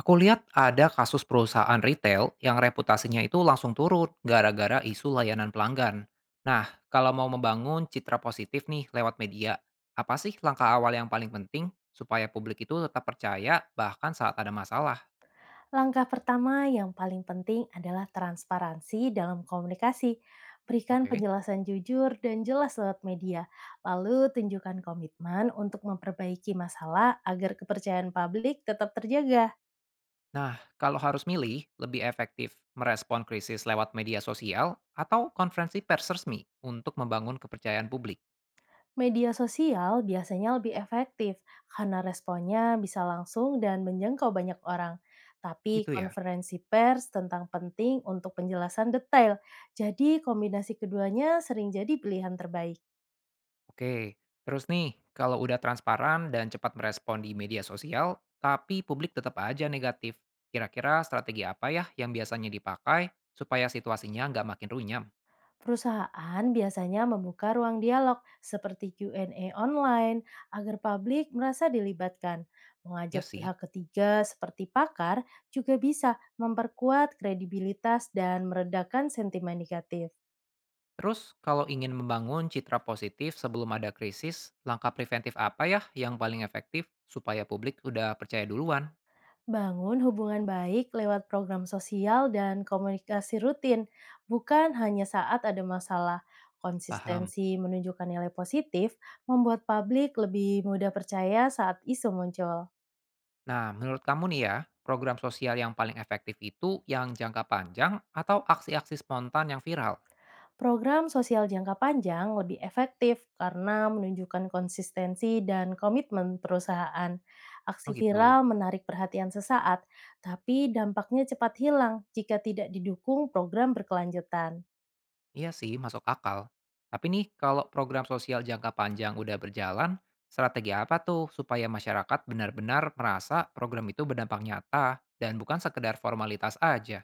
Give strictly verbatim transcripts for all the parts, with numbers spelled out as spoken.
Aku lihat ada kasus perusahaan retail yang reputasinya itu langsung turun gara-gara isu layanan pelanggan. Nah, kalau mau membangun citra positif nih lewat media, apa sih langkah awal yang paling penting supaya publik itu tetap percaya bahkan saat ada masalah? Langkah pertama yang paling penting adalah transparansi dalam komunikasi. Berikan Oke. penjelasan jujur dan jelas lewat media, lalu tunjukkan komitmen untuk memperbaiki masalah agar kepercayaan publik tetap terjaga. Nah, kalau harus milih, lebih efektif merespon krisis lewat media sosial atau konferensi pers resmi untuk membangun kepercayaan publik? Media sosial biasanya lebih efektif karena responnya bisa langsung dan menjangkau banyak orang. Tapi Itu ya. konferensi pers tentang penting untuk penjelasan detail. Jadi kombinasi keduanya sering jadi pilihan terbaik. Oke, terus nih, kalau udah transparan dan cepat merespon di media sosial, tapi publik tetap aja negatif. Kira-kira strategi apa ya yang biasanya dipakai supaya situasinya nggak makin runyam? Perusahaan biasanya membuka ruang dialog seperti Q and A online agar publik merasa dilibatkan. Ya Mengajak sih. pihak ketiga seperti pakar juga bisa memperkuat kredibilitas dan meredakan sentimen negatif. Terus, kalau ingin membangun citra positif sebelum ada krisis, langkah preventif apa ya yang paling efektif supaya publik udah percaya duluan? Bangun hubungan baik lewat program sosial dan komunikasi rutin, bukan hanya saat ada masalah. Paham. Konsistensi menunjukkan nilai positif membuat publik lebih mudah percaya saat isu muncul. Nah, menurut kamu nih ya, program sosial yang paling efektif itu yang jangka panjang atau aksi-aksi spontan yang viral? Program sosial jangka panjang lebih efektif karena menunjukkan konsistensi dan komitmen perusahaan. Oh Aksi gitu. viral menarik perhatian sesaat, tapi dampaknya cepat hilang jika tidak didukung program berkelanjutan. Iya sih, masuk akal. Tapi nih, kalau program sosial jangka panjang udah berjalan, strategi apa tuh supaya masyarakat benar-benar merasa program itu berdampak nyata dan bukan sekedar formalitas aja?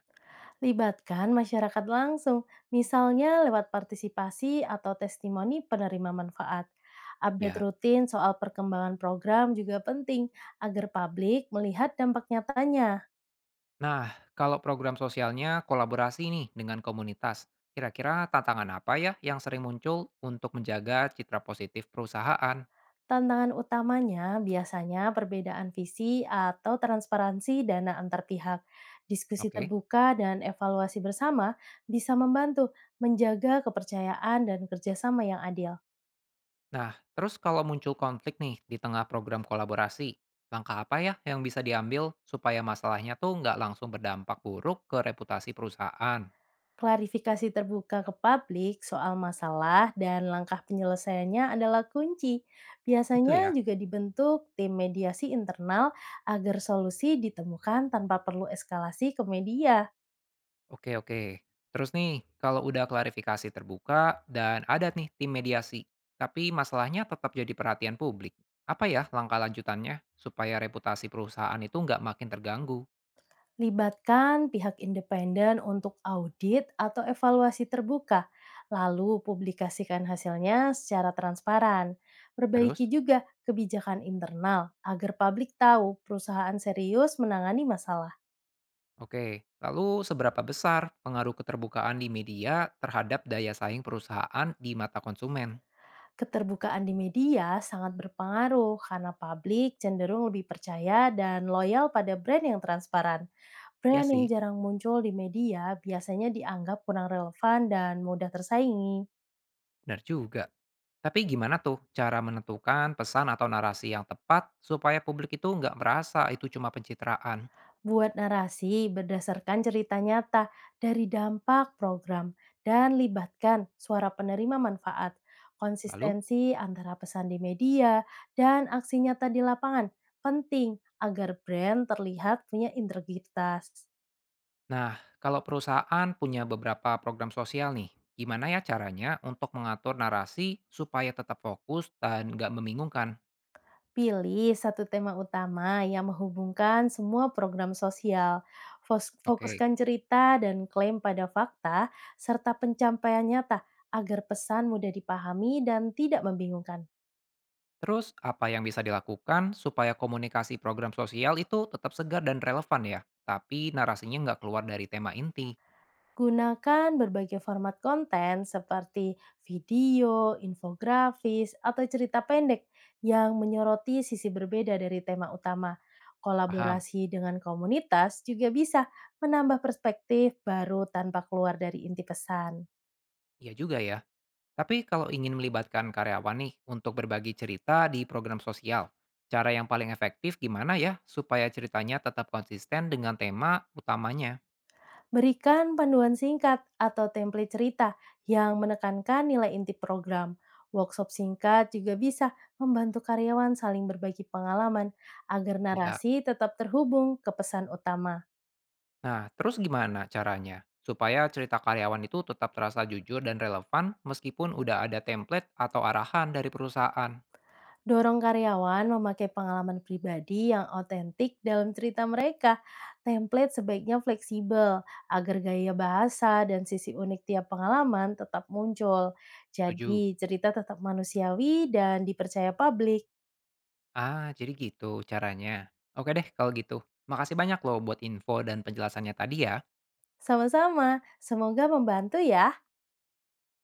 Libatkan masyarakat langsung, misalnya lewat partisipasi atau testimoni penerima manfaat. Update Ya, rutin soal perkembangan program juga penting agar publik melihat dampak nyatanya. nah, kalau program sosialnya kolaborasi nih dengan komunitas, kira-kira tantangan apa ya yang sering muncul untuk menjaga citra positif perusahaan? Tantangan utamanya biasanya perbedaan visi atau transparansi dana antar pihak. Diskusi Oke. terbuka dan evaluasi bersama bisa membantu menjaga kepercayaan dan kerjasama yang adil. Nah, terus kalau muncul konflik nih di tengah program kolaborasi, langkah apa ya yang bisa diambil supaya masalahnya tuh nggak langsung berdampak buruk ke reputasi perusahaan? Klarifikasi terbuka ke publik soal masalah dan langkah penyelesaiannya adalah kunci. Itu Biasanya ya. juga dibentuk tim mediasi internal agar solusi ditemukan tanpa perlu eskalasi ke media. Oke, oke. Terus nih, kalau udah klarifikasi terbuka dan ada nih tim mediasi, tapi masalahnya tetap jadi perhatian publik. Apa ya langkah lanjutannya supaya reputasi perusahaan itu nggak makin terganggu? Libatkan pihak independen untuk audit atau evaluasi terbuka, lalu publikasikan hasilnya secara transparan. Perbaiki Terus? juga kebijakan internal agar publik tahu perusahaan serius menangani masalah. Oke, lalu seberapa besar pengaruh keterbukaan di media terhadap daya saing perusahaan di mata konsumen? Keterbukaan di media sangat berpengaruh karena publik cenderung lebih percaya dan loyal pada brand yang transparan. Ya Brand yang sih, jarang muncul di media biasanya dianggap kurang relevan dan mudah tersaingi. benar juga. Tapi gimana tuh cara menentukan pesan atau narasi yang tepat supaya publik itu nggak merasa itu cuma pencitraan? Buat narasi berdasarkan cerita nyata dari dampak program dan libatkan suara penerima manfaat, Lalu, konsistensi antara pesan di media dan aksi nyata di lapangan penting agar brand terlihat punya integritas. nah kalau perusahaan punya beberapa program sosial nih, gimana ya caranya untuk mengatur narasi supaya tetap fokus dan nggak membingungkan? Pilih satu tema utama yang menghubungkan semua program sosial. Fos- Oke. Fokuskan cerita dan klaim pada fakta serta pencapaian nyata agar pesan mudah dipahami dan tidak membingungkan. Terus apa yang bisa dilakukan supaya komunikasi program sosial itu tetap segar dan relevan ya, tapi narasinya nggak keluar dari tema inti? Gunakan berbagai format konten seperti video, infografis, atau cerita pendek yang menyoroti sisi berbeda dari tema utama. Paham? Kolaborasi dengan komunitas juga bisa menambah perspektif baru tanpa keluar dari inti pesan. Iya juga ya. Tapi kalau ingin melibatkan karyawan nih untuk berbagi cerita di program sosial, cara yang paling efektif gimana ya supaya ceritanya tetap konsisten dengan tema utamanya? Berikan panduan singkat atau template cerita yang menekankan nilai inti program. Workshop singkat juga bisa membantu karyawan saling berbagi pengalaman agar Ya. narasi tetap terhubung ke pesan utama. Nah, terus gimana caranya? Supaya cerita karyawan itu tetap terasa jujur dan relevan meskipun udah ada template atau arahan dari perusahaan. Dorong karyawan memakai pengalaman pribadi yang otentik dalam cerita mereka. Template sebaiknya fleksibel agar gaya bahasa dan sisi unik tiap pengalaman tetap muncul. Tujuh. Jadi, cerita tetap manusiawi dan dipercaya publik. Ah, jadi gitu caranya. Oke deh kalau gitu. Makasih banyak loh buat info dan penjelasannya tadi ya. Sama-sama, semoga membantu ya.